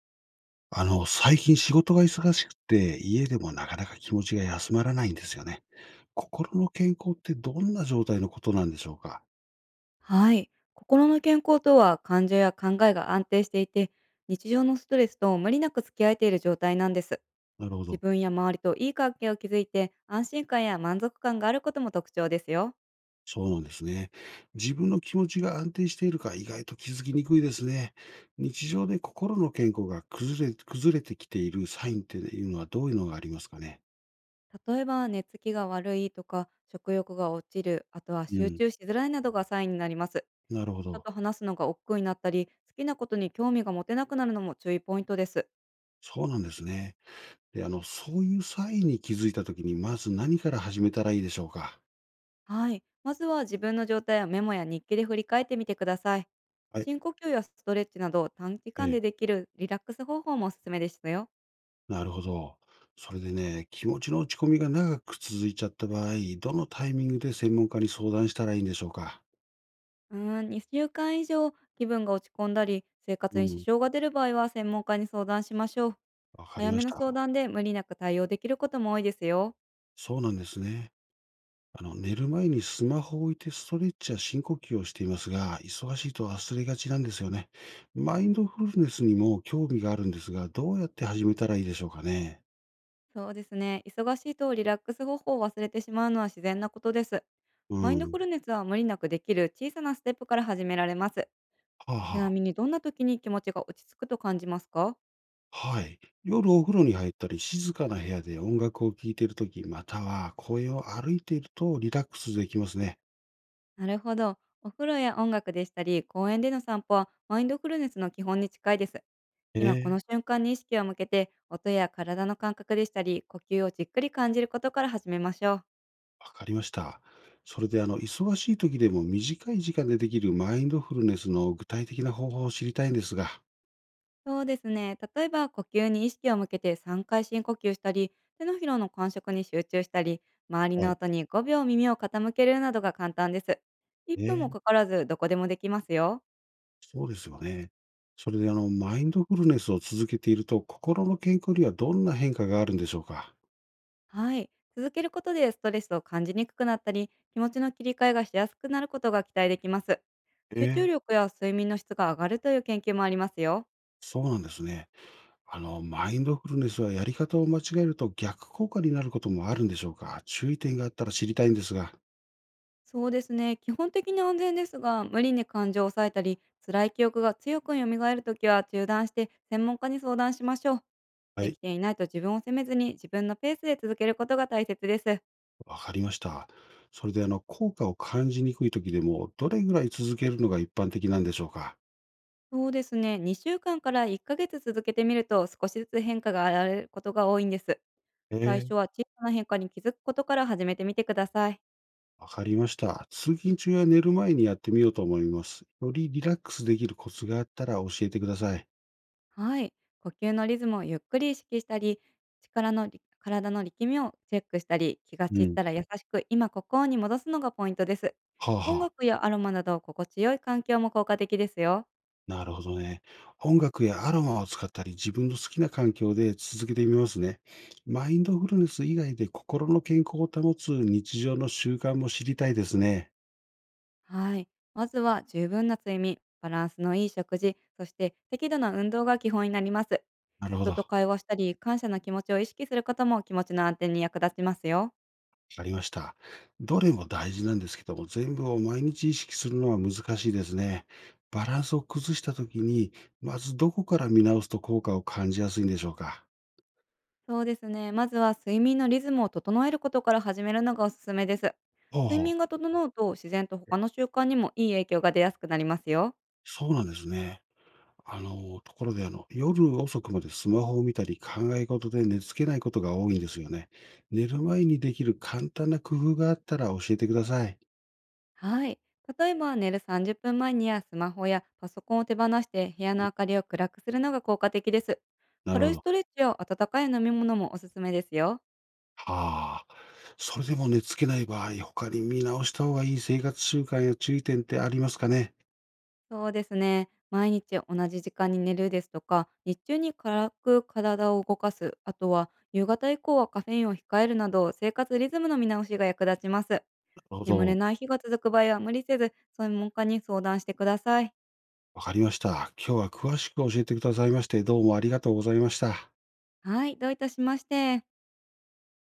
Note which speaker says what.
Speaker 1: 最近仕事が忙しくて、家でもなかなか気持ちが休まらないんですよね。心の健康ってどんな状態のことなんでしょうか？
Speaker 2: はい。心の健康とは感情や考えが安定していて、日常のストレスと無理なく付き合えている状態なんです。
Speaker 1: なるほ
Speaker 2: 自
Speaker 1: ど。
Speaker 2: 分や周りといい関係を築いて、安心感や満足感があることも特徴ですよ。
Speaker 1: そうなんですね。自分の気持ちが安定しているか意外と気づきにくいですね。日常で心の健康が崩れてきているサインっていうのはどういうのがありますかね？
Speaker 2: 例えば、寝つきが悪いとか、食欲が落ちる、あとは
Speaker 1: う
Speaker 2: 集
Speaker 1: ん。
Speaker 2: 中しづらいなどがサインになります。
Speaker 1: なるほ
Speaker 2: 人
Speaker 1: ど。
Speaker 2: と話すのが億劫になったり、好きなことに興味が持てなくなるのも注意ポイントです。
Speaker 1: そうなんですね。で、そういうサインに気づいたときに、まず何から始めたらいいでしょうか？
Speaker 2: はい。まずは自分の状態をメモや日記で振り返ってみてください。
Speaker 1: はい。
Speaker 2: 深呼吸やストレッチなど短期間で
Speaker 1: ええ、
Speaker 2: できるリラックス方法もおすすめですよ。
Speaker 1: なるほど。それでね、気持ちの落ち込みが長く続いちゃった場合、どのタイミングで専門家に相談したらいいんでしょうか？
Speaker 2: うーん、2週間以上気分が落ち込んだり、生活
Speaker 1: う
Speaker 2: に支
Speaker 1: ん、
Speaker 2: 障が出る場合は専門家に相談しましょう。
Speaker 1: わかり
Speaker 2: 早
Speaker 1: ま
Speaker 2: め
Speaker 1: し
Speaker 2: の相
Speaker 1: た。
Speaker 2: 談で無理なく対応できることも多いですよ。
Speaker 1: そうなんですね。寝る前にスマホを置いてストレッチや深呼吸をしていますが、忙しいと忘れがちなんですよね。マインドフルネスにも興味があるんですが、どうやって始めたらいいでしょうかね？
Speaker 2: そうですね。忙しいとリラックス方法を忘れてしまうのは自然なことです。
Speaker 1: う
Speaker 2: マインドフ
Speaker 1: ん。
Speaker 2: ルネスは無理なくできる小さなステップから始められます。
Speaker 1: はあ
Speaker 2: ちな
Speaker 1: はあ。
Speaker 2: みにどんな時に気持ちが落ち着くと感じますか？
Speaker 1: はい。夜お風呂に入ったり、静かな部屋で音楽を聴いているとき、または公園を歩いているとリラックスできますね。
Speaker 2: なるほど。お風呂や音楽でしたり、公園での散歩はマインドフルネスの基本に近いです。
Speaker 1: え
Speaker 2: 今この
Speaker 1: え、
Speaker 2: 瞬間に意識を向けて、音や体の感覚でしたり、呼吸をじっくり感じることから始めましょう。
Speaker 1: わかりました。それで、忙しいときでも短い時間でできるマインドフルネスの具体的な方法を知りたいんですが。
Speaker 2: そうですね。例えば呼吸に意識を向けて3回深呼吸したり、手のひらの感触に集中したり、周り
Speaker 1: は
Speaker 2: の
Speaker 1: い。
Speaker 2: 音に5秒耳を傾けるなどが簡単です。1分も
Speaker 1: ええ、
Speaker 2: かからずどこでもできますよ。
Speaker 1: そうですよね。それで、マインドフルネスを続けていると、心の健康にはどんな変化があるんでしょうか。
Speaker 2: はい。続けることでストレスを感じにくくなったり、気持ちの切り替えがしやすくなることが期待できます。
Speaker 1: え
Speaker 2: 集中
Speaker 1: え、
Speaker 2: 力や睡眠の質が上がるという研究もありますよ。
Speaker 1: そうなんですね。マインドフルネスはやり方を間違えると逆効果になることもあるんでしょうか？注意点があったら知りたいんですが。
Speaker 2: そうですね。基本的に安全ですが、無理に感情を抑えたり、辛い記憶が強く蘇るときは中断して専門家に相談しましょう。
Speaker 1: は
Speaker 2: で
Speaker 1: い、
Speaker 2: きていないと自分を責めずに自分のペースで続けることが大切です。
Speaker 1: わかりました。それで効果を感じにくい時でも、どれぐらい続けるのが一般的なんでしょうか？
Speaker 2: そうですね。2週間から1ヶ月続けてみると、少しずつ変化が現れることが多いんです。
Speaker 1: え
Speaker 2: 最
Speaker 1: え、
Speaker 2: 初は小さな変化に気づくことから始めてみてください。
Speaker 1: わかりました。通勤中や寝る前にやってみようと思います。よりリラックスできるコツがあったら教えてください。
Speaker 2: はい。呼吸のリズムをゆっくり意識したり、力のり体の力みをチェックしたり、気が
Speaker 1: う
Speaker 2: 散っ
Speaker 1: ん。
Speaker 2: たら優しく今ここに戻すのがポイントです。
Speaker 1: はあ
Speaker 2: 音
Speaker 1: はあ。
Speaker 2: 楽やアロマなど心地よい環境も効果的ですよ。
Speaker 1: なるほどね。音楽やアロマを使ったり、自分の好きな環境で続けてみますね。マインドフルネス以外で心の健康を保つ日常の習慣も知りたいですね。
Speaker 2: はい。まずは十分な睡眠、バランスのいい食事、そして適度な運動が基本になります。
Speaker 1: なるほ
Speaker 2: 人
Speaker 1: ど。
Speaker 2: と
Speaker 1: わ
Speaker 2: 会話したり、感謝の気持ちを意識することも気持ちの安定に役立ちますよ。
Speaker 1: かりました。どれも大事なんですけども、全部を毎日意識するのは難しいですね。バランスを崩したときに、まずどこから見直すと効果を感じやすいんでしょうか。
Speaker 2: そうですね。まずは睡眠のリズムを整えることから始めるのがおすすめです。
Speaker 1: ほう
Speaker 2: 睡
Speaker 1: ほう。
Speaker 2: 眠が整うと、自然と他の習慣にもいい影響が出やすくなりますよ。
Speaker 1: そうなんですね。ところで、夜遅くまでスマホを見たり考え事で寝つけないことが多いんですよね。寝る前にできる簡単な工夫があったら教えてください。
Speaker 2: はい。例えば寝る30分前にスマホやパソコンを手放して、部屋の明かりを暗くするのが効果的です。
Speaker 1: なる
Speaker 2: 軽
Speaker 1: ほ
Speaker 2: いス
Speaker 1: ど。
Speaker 2: トレッチや温かい飲み物もおすすめですよ。
Speaker 1: はあ。それでも寝つけない場合、他に見直した方がいい生活習慣や注意点ってありますかね？
Speaker 2: そうですね。毎日同じ時間に寝るですとか、日中に軽く体を動かす、あとは夕方以降はカフェインを控えるなど、生活リズムの見直しが役立ちます。
Speaker 1: なるほ
Speaker 2: 眠れ
Speaker 1: ど。
Speaker 2: ない日が続く場合は無理せず、専門家に相談してください。
Speaker 1: わかりました。今日は詳しく教えてくださいまして、どうもありがとうございました。
Speaker 2: はい、どういたしまして。